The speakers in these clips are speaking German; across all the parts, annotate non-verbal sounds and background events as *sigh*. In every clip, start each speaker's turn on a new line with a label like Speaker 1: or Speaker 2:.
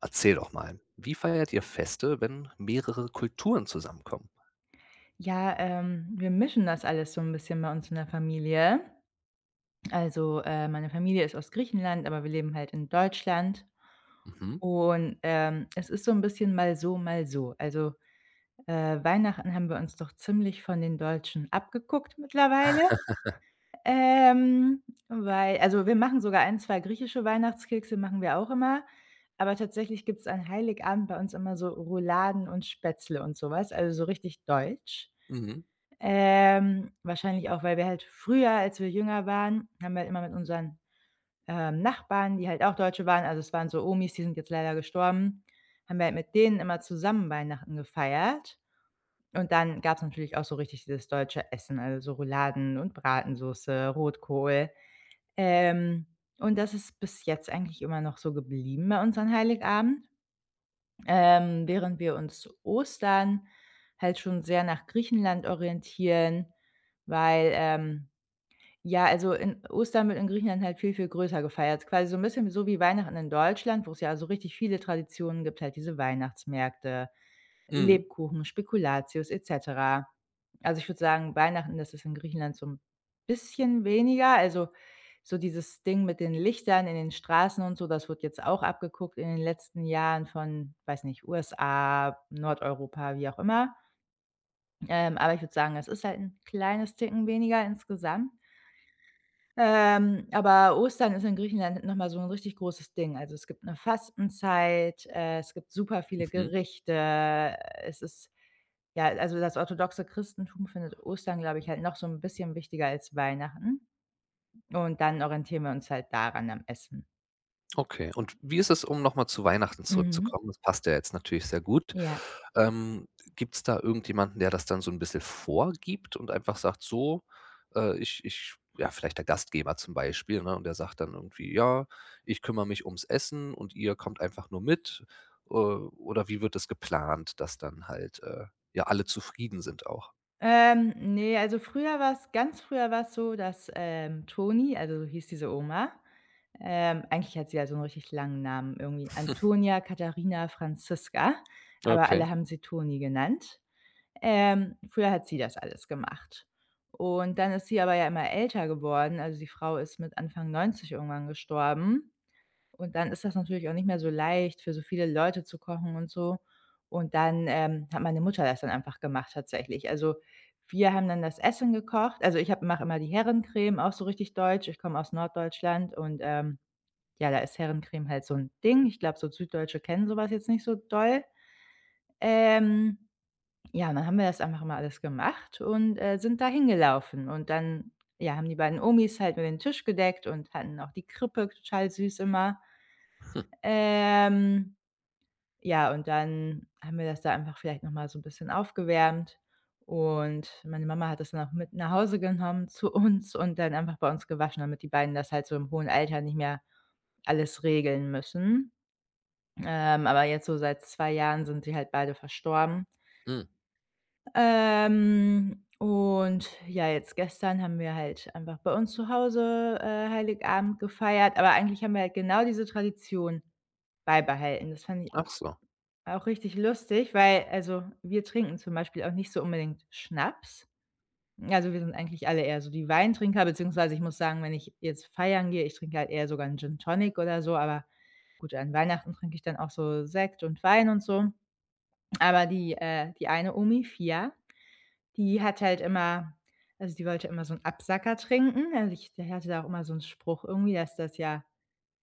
Speaker 1: Erzähl doch mal, wie feiert ihr Feste, wenn mehrere Kulturen zusammenkommen?
Speaker 2: Ja, wir mischen das alles so ein bisschen bei uns in der Familie. Also, meine Familie ist aus Griechenland, aber wir leben halt in Deutschland.
Speaker 1: Mhm.
Speaker 2: Und, es ist so ein bisschen mal so, mal so. Also, Weihnachten haben wir uns doch ziemlich von den Deutschen abgeguckt mittlerweile. Ähm, Weil also, wir machen sogar ein, 2 griechische Weihnachtskekse machen wir auch immer, aber tatsächlich gibt's an Heiligabend bei uns immer so Rouladen und Spätzle und sowas, also so richtig deutsch.
Speaker 1: Mhm.
Speaker 2: Wahrscheinlich auch, weil wir halt früher, als wir jünger waren, haben wir halt immer mit unseren Nachbarn, die halt auch Deutsche waren, also, es waren so Omis, die sind jetzt leider gestorben, haben wir halt mit denen immer zusammen Weihnachten gefeiert. Und dann gab's natürlich auch so richtig dieses deutsche Essen, also so Rouladen und Bratensoße, Rotkohl. Ähm, und das ist bis jetzt eigentlich immer noch so geblieben bei uns an Heiligabend. Während wir uns Ostern halt schon sehr nach Griechenland orientieren, weil, ja, also in Ostern wird in Griechenland halt viel, viel größer gefeiert. Quasi so ein bisschen so wie Weihnachten in Deutschland, wo es ja so richtig viele Traditionen gibt, halt diese Weihnachtsmärkte,
Speaker 1: Mhm.
Speaker 2: Lebkuchen, Spekulatius et cetera. Also, ich würde sagen, Weihnachten, das ist in Griechenland so ein bisschen weniger. Also, so dieses Ding mit den Lichtern in den Straßen und so, das wird jetzt auch abgeguckt in den letzten Jahren von, weiß nicht, USA, Nordeuropa, wie auch immer. Aber ich würde sagen, es ist halt ein kleines Ticken weniger insgesamt. Aber Ostern ist in Griechenland noch mal so 'n richtig großes Ding. Also, es gibt 'ne Fastenzeit, es gibt super viele
Speaker 1: Mhm.
Speaker 2: Gerichte. Es ist ja, also, das orthodoxe Christentum findet Ostern, glaube ich, halt noch so 'n bisschen wichtiger als Weihnachten. Und dann orientieren wir uns halt daran am Essen.
Speaker 1: Okay, und wie ist es, um nochmal zu Weihnachten
Speaker 2: Mhm.
Speaker 1: zurückzukommen? Das passt ja jetzt natürlich sehr gut.
Speaker 2: Ja.
Speaker 1: Ähm, Gibt es da irgendjemanden, der das dann so ein bisschen vorgibt und einfach sagt: „So, ich“ ja, vielleicht der Gastgeber zum Beispiel, ne? Und der sagt dann irgendwie: „Ja, ich kümmere mich ums Essen und ihr kommt einfach nur mit.“ Oder wie wird das geplant, dass dann halt, ja, alle zufrieden sind auch?
Speaker 2: Ne, also früher war es so, dass, Toni, also so hieß diese Oma, eigentlich hat sie ja so 'n richtig langen Namen, irgendwie Antonia, Katharina, Franziska, aber
Speaker 1: Okay.
Speaker 2: alle haben sie Toni genannt. Früher hat sie das alles gemacht. Und dann ist sie aber ja immer älter geworden, also die Frau ist mit Anfang 90 irgendwann gestorben. Und dann ist das natürlich auch nicht mehr so leicht, für so viele Leute zu kochen und so. Und dann, hat meine Mutter das dann einfach gemacht, tatsächlich. Also, wir haben dann das Essen gekocht. Also, ich habe mache immer die Herrencreme, auch so richtig deutsch. Ich komme aus Norddeutschland und, ja, da ist Herrencreme halt so ein Ding. Ich glaube, so Süddeutsche kennen sowas jetzt nicht so doll. Ähm, ja, und dann haben wir das einfach mal alles gemacht und, sind da hingelaufen. Und dann, ja, haben die beiden Omis halt mit den Tisch gedeckt und hatten auch die Krippe total süß immer.
Speaker 1: Hm,
Speaker 2: Ähm, ja, und dann haben wir das da einfach vielleicht noch mal so ein bisschen aufgewärmt, und meine Mama hat das dann auch mit nach Hause genommen *laughs* zu uns, und dann einfach bei uns gewaschen, damit die beiden das halt so im hohen Alter nicht mehr alles regeln müssen. Aber jetzt so seit 2 Jahren sind die halt beide verstorben.
Speaker 1: mhm.
Speaker 2: Und ja, jetzt gestern haben wir halt einfach bei uns zu Hause, Heiligabend gefeiert, aber eigentlich haben wir halt genau diese Tradition beibehalten. Das fand ich
Speaker 1: Ach so.
Speaker 2: auch richtig lustig, weil, also, wir trinken zum Beispiel auch nicht so unbedingt Schnaps. Also, wir sind eigentlich alle eher so die Weintrinker, beziehungsweise ich muss sagen, wenn ich jetzt feiern gehe, ich trinke halt eher sogar einen Gin Tonic oder so, aber gut, an Weihnachten trinke ich dann auch so Sekt und Wein und so. Aber die die eine Omi, Fia, die hat halt immer, also, die wollte immer so einen Absacker trinken. Also, ich, die hatte da auch immer so einen Spruch, irgendwie, dass das ja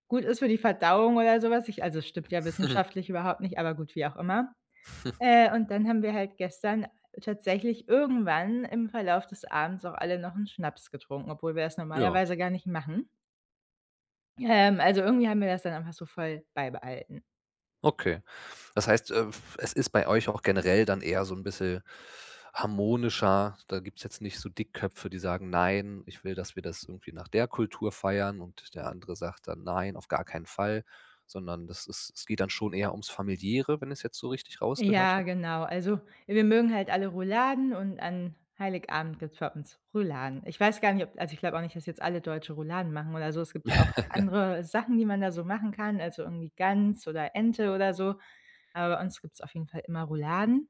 Speaker 2: gut ist für die Verdauung oder sowas. Ich, also, es stimmt ja
Speaker 1: Mhm.
Speaker 2: wissenschaftlich überhaupt nicht, aber gut, wie auch immer.
Speaker 1: *laughs*
Speaker 2: Und dann haben wir halt gestern tatsächlich irgendwann im Verlauf des Abends auch alle noch 'n Schnaps getrunken, obwohl wir das
Speaker 1: Ja,
Speaker 2: normalerweise gar nicht machen. Also, irgendwie haben wir das dann einfach so voll beibehalten.
Speaker 1: okay. Das heißt, es ist bei euch auch generell dann eher so ein bisschen harmonischer. Da gibt es jetzt nicht so Dickköpfe, die sagen: „Nein, ich will, dass wir das irgendwie nach der Kultur feiern.“ Und der andere sagt dann: „Nein, auf gar keinen Fall.“ Sondern das ist es geht dann schon eher ums Familiäre, wenn ich es jetzt so richtig rausgehört
Speaker 2: Ja,
Speaker 1: habe.
Speaker 2: genau. Also, wir mögen halt alle Rouladen, und an Heiligabend gibt's bei uns Rouladen. Ich weiß gar nicht, ob, also, ich glaube auch nicht, dass jetzt alle Deutsche Rouladen machen oder so. Es gibt ja auch andere Sachen, die man da so machen kann, also, irgendwie Gans oder Ente oder so, aber bei uns gibt's auf jeden Fall immer Rouladen.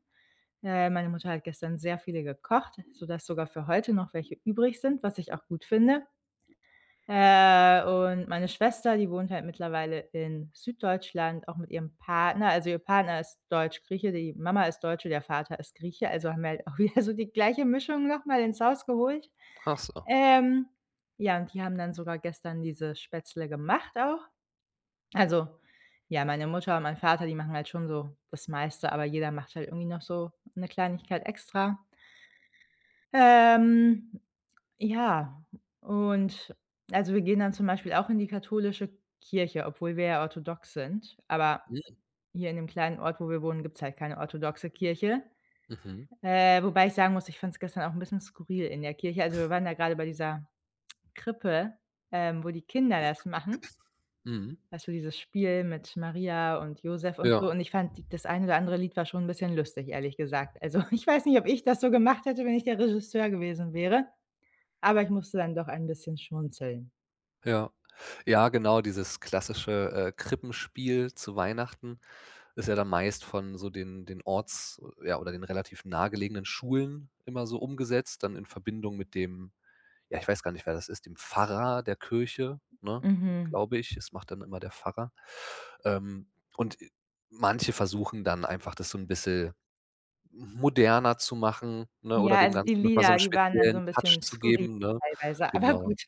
Speaker 2: Meine Mutter hat gestern sehr viele gekocht, sodass sogar für heute noch welche übrig sind, was ich auch gut finde. Und meine Schwester, die wohnt halt mittlerweile in Süddeutschland, auch mit ihrem Partner. Also, ihr Partner ist Deutsch-Grieche, die Mama ist Deutsche, der Vater ist Grieche, also haben wir halt auch *laughs* wieder so die gleiche Mischung nochmal ins Haus geholt.
Speaker 1: Ach so.
Speaker 2: Ähm, ja, und die haben dann sogar gestern diese Spätzle gemacht auch. Also, ja, meine Mutter und mein Vater, die machen halt schon so das meiste, aber jeder macht halt irgendwie noch so eine Kleinigkeit extra. Ähm, ja, und also, wir gehen dann zum Beispiel auch in die katholische Kirche, obwohl wir ja orthodox sind. Aber
Speaker 1: Mhm,
Speaker 2: hier in dem kleinen Ort, wo wir wohnen, gibt es halt keine orthodoxe Kirche.
Speaker 1: mhm,
Speaker 2: Wobei ich sagen muss, ich fand es gestern auch ein bisschen skurril in der Kirche. Also, wir waren da gerade bei dieser Krippe, wo die Kinder das machen.
Speaker 1: mhm.
Speaker 2: Weißt du, dieses Spiel mit Maria und Josef und
Speaker 1: Ja,
Speaker 2: so. Und ich fand d das ein oder andere Lied war schon ein bisschen lustig, ehrlich gesagt. Also, *laughs* ich weiß nicht, ob ich das so gemacht hätte, wenn ich der Regisseur gewesen wäre. Aber ich musste dann doch ein bisschen schmunzeln.
Speaker 1: ja. Ja, genau, dieses klassische, Krippenspiel zu Weihnachten. Ist ja dann meist von so den Orts ja, oder den relativ nahegelegenen Schulen immer so umgesetzt, dann in Verbindung mit dem ja, ich weiß gar nicht, wer das ist, dem Pfarrer der Kirche, ne,
Speaker 2: Mhm.
Speaker 1: glaube ich. Es macht dann immer der Pfarrer. Und manche versuchen dann einfach, das so ein bisschen moderner zu machen, ne, oder
Speaker 2: Ja,
Speaker 1: dem
Speaker 2: also die
Speaker 1: Ganzen noch mal so
Speaker 2: Lieder,
Speaker 1: einen
Speaker 2: die waren dann so
Speaker 1: speziellen
Speaker 2: 'n
Speaker 1: Touch
Speaker 2: bisschen
Speaker 1: zu
Speaker 2: skurril
Speaker 1: geben, ne?
Speaker 2: teilweise, aber *laughs*
Speaker 1: Genau,
Speaker 2: gut.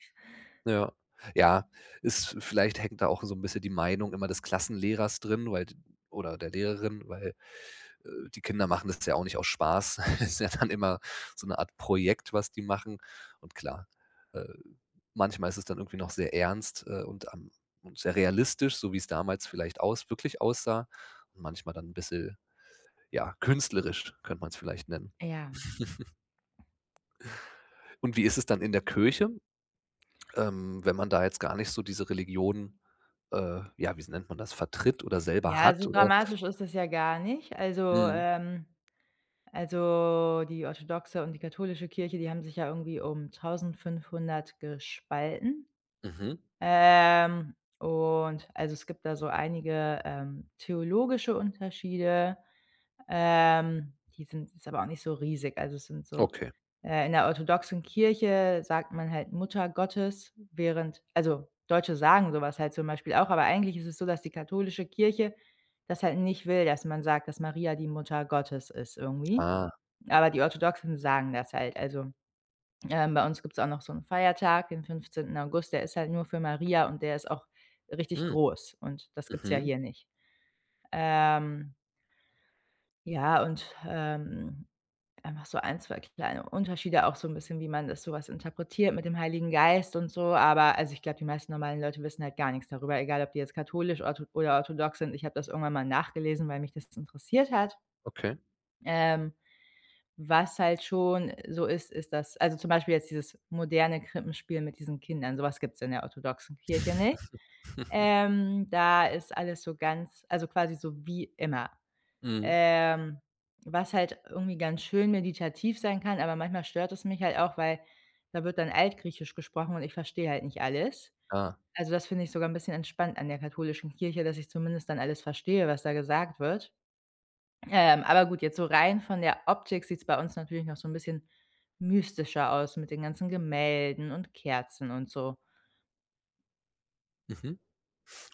Speaker 1: ja. Ja, ist vielleicht hängt da auch so ein bisschen die Meinung immer des Klassenlehrers drin, weil oder der Lehrerin, weil die Kinder machen das ja auch nicht aus Spaß. *laughs* Das ist ja dann immer so eine Art Projekt, was die machen. Und klar, äh, manchmal ist es dann irgendwie noch sehr ernst und sehr realistisch, so wie es damals vielleicht aus, wirklich aussah. Und manchmal dann ein bisschen, ja, künstlerisch, könnte man es vielleicht nennen.
Speaker 2: Ja.
Speaker 1: *laughs* Und wie ist es dann in der Kirche, wenn man da jetzt gar nicht so diese Religion, ja, wie nennt man das, vertritt oder selber
Speaker 2: Ja, so
Speaker 1: hat? Oder?
Speaker 2: dramatisch ist das ja gar nicht.
Speaker 1: Mhm.
Speaker 2: Also die orthodoxe und die katholische Kirche, die haben sich ja irgendwie um 1.500 gespalten.
Speaker 1: Mhm.
Speaker 2: Und, also, es gibt da so einige, theologische Unterschiede. Die sind, ist aber auch nicht so riesig. Also, es sind so,
Speaker 1: Okay.
Speaker 2: in der orthodoxen Kirche sagt man halt Mutter Gottes, während, also, Deutsche sagen sowas halt zum Beispiel auch, aber eigentlich ist es so, dass die katholische Kirche das halt nicht will, dass man sagt, dass Maria die Mutter Gottes ist, irgendwie.
Speaker 1: Ah.
Speaker 2: Aber die Orthodoxen sagen das halt. Also, bei uns gibt's auch noch so einen Feiertag, den 15. August, der ist halt nur für Maria und der ist auch richtig
Speaker 1: Mhm.
Speaker 2: groß, und das gibt's ja
Speaker 1: Mhm.
Speaker 2: hier nicht. Ähm, ja, und, einfach so ein 2 kleine Unterschiede, auch so ein bisschen, wie man das, so was, interpretiert mit dem Heiligen Geist und so. Aber, also, ich glaube, die meisten normalen Leute wissen halt gar nichts darüber, egal ob die jetzt katholisch orthodox sind. Ich habe das irgendwann mal nachgelesen, weil mich das interessiert hat.
Speaker 1: Okay.
Speaker 2: Ähm, Was halt schon so ist, das, also, zum Beispiel jetzt dieses moderne Krippenspiel mit diesen Kindern, sowas, was, gibt's in der orthodoxen Kirche nicht.
Speaker 1: *laughs*
Speaker 2: Da ist alles so ganz, also, quasi so wie immer,
Speaker 1: Mhm.
Speaker 2: ähm, was halt irgendwie ganz schön meditativ sein kann, aber manchmal stört es mich halt auch, weil da wird dann Altgriechisch gesprochen und ich verstehe halt nicht alles.
Speaker 1: Ah.
Speaker 2: Also, das finde ich sogar ein bisschen entspannt an der katholischen Kirche, dass ich zumindest dann alles verstehe, was da gesagt wird. Aber gut, jetzt so rein von der Optik sieht's bei uns natürlich noch so ein bisschen mystischer aus mit den ganzen Gemälden und Kerzen und so.
Speaker 1: Mhm.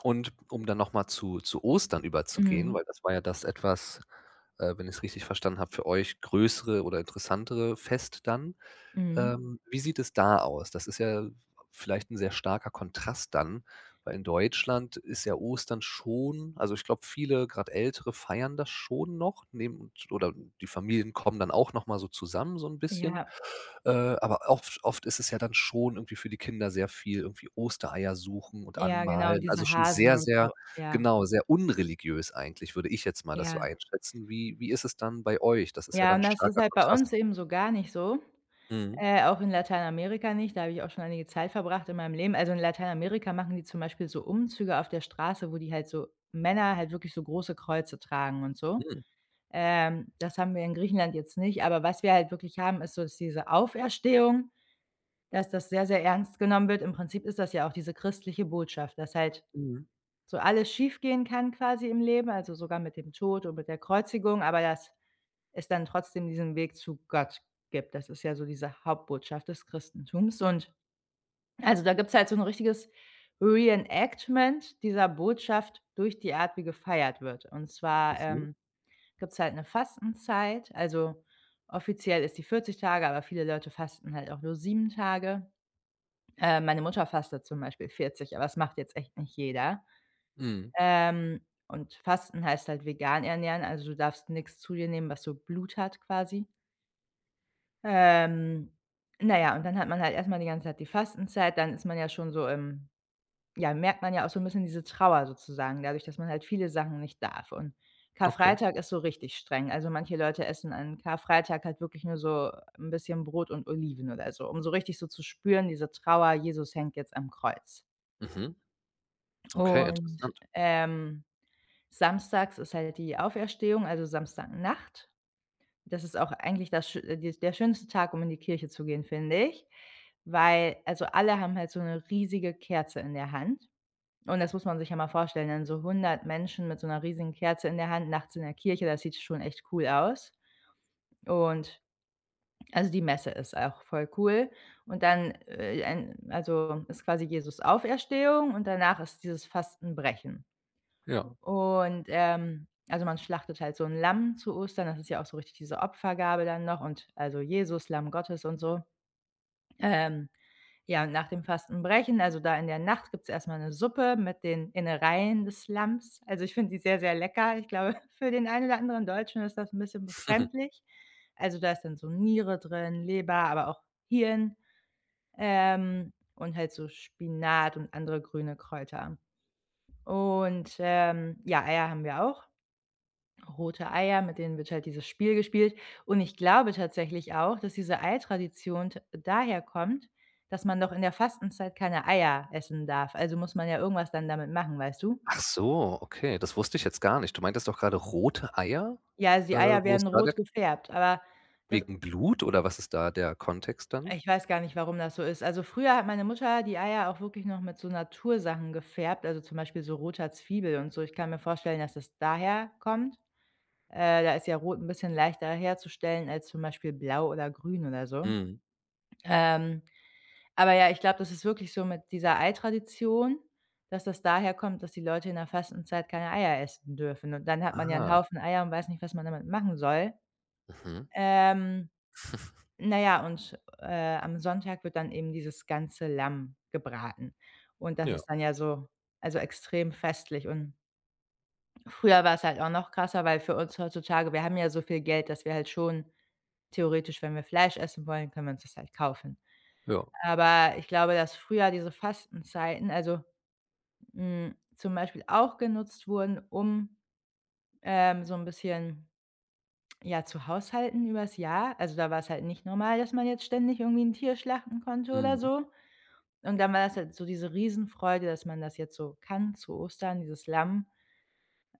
Speaker 1: Und um dann noch mal zu Ostern überzugehen,
Speaker 2: Mhm,
Speaker 1: weil das war ja das etwas, wenn ich es richtig verstanden habe, für euch größere oder interessantere Fest dann.
Speaker 2: mhm.
Speaker 1: Wie sieht es da aus? Das ist ja vielleicht ein sehr starker Kontrast dann, weil in Deutschland ist ja Ostern schon also, ich glaube, viele, gerade Ältere, feiern das schon noch, nehmen oder die Familien kommen dann auch noch mal so zusammen so ein bisschen.
Speaker 2: Ja,
Speaker 1: Äh, aber oft ist es ja dann schon irgendwie für die Kinder sehr viel irgendwie Ostereier suchen und
Speaker 2: ja, genau, und
Speaker 1: anmalen. Also,
Speaker 2: diese
Speaker 1: schon
Speaker 2: Hasen
Speaker 1: sehr,
Speaker 2: und so.
Speaker 1: sehr
Speaker 2: Ja,
Speaker 1: genau, sehr unreligiös eigentlich, würde ich jetzt mal das so
Speaker 2: ja.
Speaker 1: einschätzen. Wie ist es dann bei euch? Das ist ja
Speaker 2: Ja,
Speaker 1: dann
Speaker 2: und
Speaker 1: 'n
Speaker 2: das ist
Speaker 1: starker
Speaker 2: halt bei
Speaker 1: Kontrast.
Speaker 2: uns eben so gar nicht so.
Speaker 1: Mhm.
Speaker 2: Auch in Lateinamerika nicht, da habe ich auch schon einige Zeit verbracht in meinem Leben. Also, in Lateinamerika machen die zum Beispiel so Umzüge auf der Straße, wo die halt so Männer halt wirklich so große Kreuze tragen und so.
Speaker 1: Mhm.
Speaker 2: Das haben wir in Griechenland jetzt nicht, aber was wir halt wirklich haben, ist so, dass diese Auferstehung, dass das sehr, sehr ernst genommen wird. Im Prinzip ist das ja auch diese christliche Botschaft, dass halt
Speaker 1: Mhm.
Speaker 2: so alles schiefgehen kann, quasi im Leben, also sogar mit dem Tod und mit der Kreuzigung, aber dass es dann trotzdem diesen Weg zu Gott gibt. Das ist ja so diese Hauptbotschaft des Christentums. Und, also, da gibt's halt so ein richtiges Reenactment dieser Botschaft durch die Art, wie gefeiert wird. Und zwar,
Speaker 1: Mhm.
Speaker 2: gibt's halt eine Fastenzeit. Also, offiziell ist die 40 Tage, aber viele Leute fasten halt auch nur 7 Tage. Meine Mutter fastet zum Beispiel 40, aber das macht jetzt echt nicht jeder.
Speaker 1: Mhm.
Speaker 2: Und Fasten heißt halt vegan ernähren, also du darfst nichts zu dir nehmen, was so Blut hat quasi. Ähm, na ja, und dann hat man halt erst mal die ganze Zeit die Fastenzeit, dann ist man ja schon so im ja, merkt man ja auch so ein bisschen diese Trauer sozusagen, dadurch, dass man halt viele Sachen nicht darf. Und
Speaker 1: Okay.
Speaker 2: Karfreitag ist so richtig streng. Also, manche Leute essen an Karfreitag halt wirklich nur so ein bisschen Brot und Oliven oder so, um so richtig so zu spüren, diese Trauer: „Jesus hängt jetzt am Kreuz.“
Speaker 1: Mhm. Okay,
Speaker 2: Und,
Speaker 1: interessant.
Speaker 2: samstags ist halt die Auferstehung, also Samstagnacht. Das ist auch eigentlich das schö die der schönste Tag, um in die Kirche zu gehen, finde ich, weil also, alle haben halt so eine riesige Kerze in der Hand, und das muss man sich ja mal vorstellen, dann so hundert Menschen mit so einer riesigen Kerze in der Hand nachts in der Kirche, das sieht schon echt cool aus. Und also, die Messe ist auch voll cool, und dann, ein also, ist quasi Jesus' Auferstehung und danach ist dieses Fastenbrechen.
Speaker 1: Ja.
Speaker 2: Und, also, man schlachtet halt so ein Lamm zu Ostern. Das ist ja auch so richtig diese Opfergabe dann noch und also, Jesus, Lamm Gottes und so. Ähm, ja, und nach dem Fastenbrechen, also, da in der Nacht gibt's erst mal 'ne Suppe mit den Innereien des Lamms. Also, ich finde die sehr, sehr lecker. Ich glaube, *laughs* für den einen oder anderen Deutschen ist das ein bisschen
Speaker 1: *laughs*
Speaker 2: befremdlich. Also, da ist dann so Niere drin, Leber, aber auch Hirn, und halt so Spinat und andere grüne Kräuter. Und, ja, Eier haben wir auch, rote Eier, mit denen wird halt dieses Spiel gespielt. Und ich glaube tatsächlich auch, dass diese Ei-Tradition t daher kommt, dass man doch in der Fastenzeit keine Eier essen darf. Also muss man ja irgendwas dann damit machen, weißt du?
Speaker 1: Ach so, okay, das wusste ich jetzt gar nicht. Du meintest doch grade rote Eier?
Speaker 2: Ja, also die
Speaker 1: Äh,
Speaker 2: Eier
Speaker 1: Wo
Speaker 2: werden
Speaker 1: ist da der
Speaker 2: rot gefärbt, aber das
Speaker 1: wegen Blut oder was ist da der Kontext dann?
Speaker 2: ich weiß gar nicht, warum das so ist. Also früher hat meine Mutter die Eier auch wirklich noch mit so Natursachen gefärbt, also zum Beispiel so roter Zwiebel und so. Ich kann mir vorstellen, dass das daher kommt. Da ist ja rot ein bisschen leichter herzustellen als zum Beispiel blau oder grün oder so.
Speaker 1: Mhm.
Speaker 2: Ähm, aber ja, ich glaube, das ist wirklich so mit dieser Ei-Tradition, dass das daher kommt, dass die Leute in der Fastenzeit keine Eier essen dürfen. Und dann hat man ja 'n
Speaker 1: Ah.
Speaker 2: Haufen Eier und weiß nicht, was man damit machen soll.
Speaker 1: Mhm.
Speaker 2: Ähm, na ja, und, am Sonntag wird dann eben dieses ganze Lamm gebraten. Und das
Speaker 1: Ja.
Speaker 2: ist dann ja so, also, extrem festlich. Und früher war's halt auch noch krasser, weil für uns heutzutage, wir haben ja so viel Geld, dass wir halt schon theoretisch, wenn wir Fleisch essen wollen, können wir uns das halt kaufen.
Speaker 1: Ja.
Speaker 2: Aber ich glaube, dass früher diese Fastenzeiten, also, zum Beispiel auch genutzt wurden, um, so ein bisschen, ja, zu haushalten übers Jahr. Also, da war es halt nicht normal, dass man jetzt ständig irgendwie ein Tier schlachten konnte oder
Speaker 1: Mhm.
Speaker 2: so. Und dann war das halt so diese Riesenfreude, dass man das jetzt so kann zu Ostern, dieses Lamm.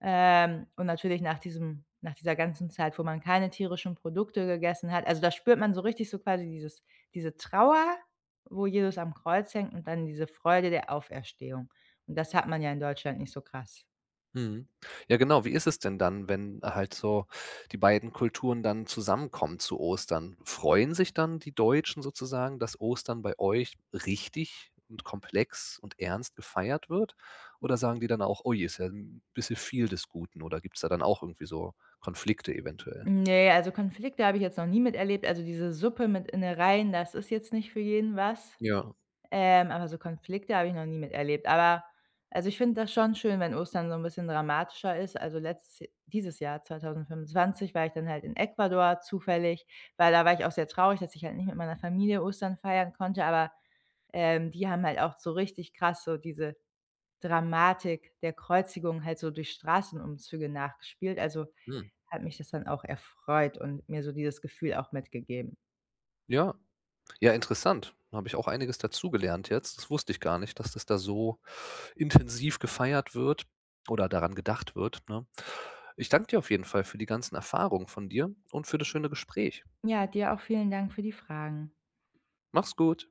Speaker 2: Und natürlich nach diesem nach dieser ganzen Zeit, wo man keine tierischen Produkte gegessen hat, also, da spürt man so richtig so quasi diese Trauer, wo Jesus am Kreuz hängt und dann diese Freude der Auferstehung. Und das hat man ja in Deutschland nicht so krass.
Speaker 1: Mhm. Ja, genau. Wie ist es denn dann, wenn halt so die beiden Kulturen dann zusammenkommen zu Ostern? Freuen sich dann die Deutschen sozusagen, dass Ostern bei euch richtig und komplex und ernst gefeiert wird? Oder sagen die dann auch: „Oh je, ist ja 'n bisschen viel des Guten“, oder gibt es da dann auch irgendwie so Konflikte eventuell? Ja.
Speaker 2: Ne, also Konflikte habe ich jetzt noch nie miterlebt. Also, diese Suppe mit Innereien, das ist jetzt nicht für jeden was.
Speaker 1: Ja.
Speaker 2: Aber so Konflikte habe ich noch nie miterlebt. Aber also, ich finde das schon schön, wenn Ostern so ein bisschen dramatischer ist. Also, letztes dieses Jahr 2025 war ich dann halt in Ecuador zufällig, weil da war ich auch sehr traurig, dass ich halt nicht mit meiner Familie Ostern feiern konnte, aber, die haben halt auch so richtig krass so diese Dramatik der Kreuzigung halt so durch Straßenumzüge nachgespielt. Also,
Speaker 1: Mhm.
Speaker 2: hat mich das dann auch erfreut und mir so dieses Gefühl auch mitgegeben.
Speaker 1: Ja. Ja, interessant. Da habe ich auch einiges dazugelernt jetzt. Das wusste ich gar nicht, dass das da so intensiv gefeiert wird oder daran gedacht wird, ne? Ich danke dir auf jeden Fall für die ganzen Erfahrungen von dir und für das schöne Gespräch.
Speaker 2: Ja, dir auch vielen Dank für die Fragen.
Speaker 1: Mach's gut.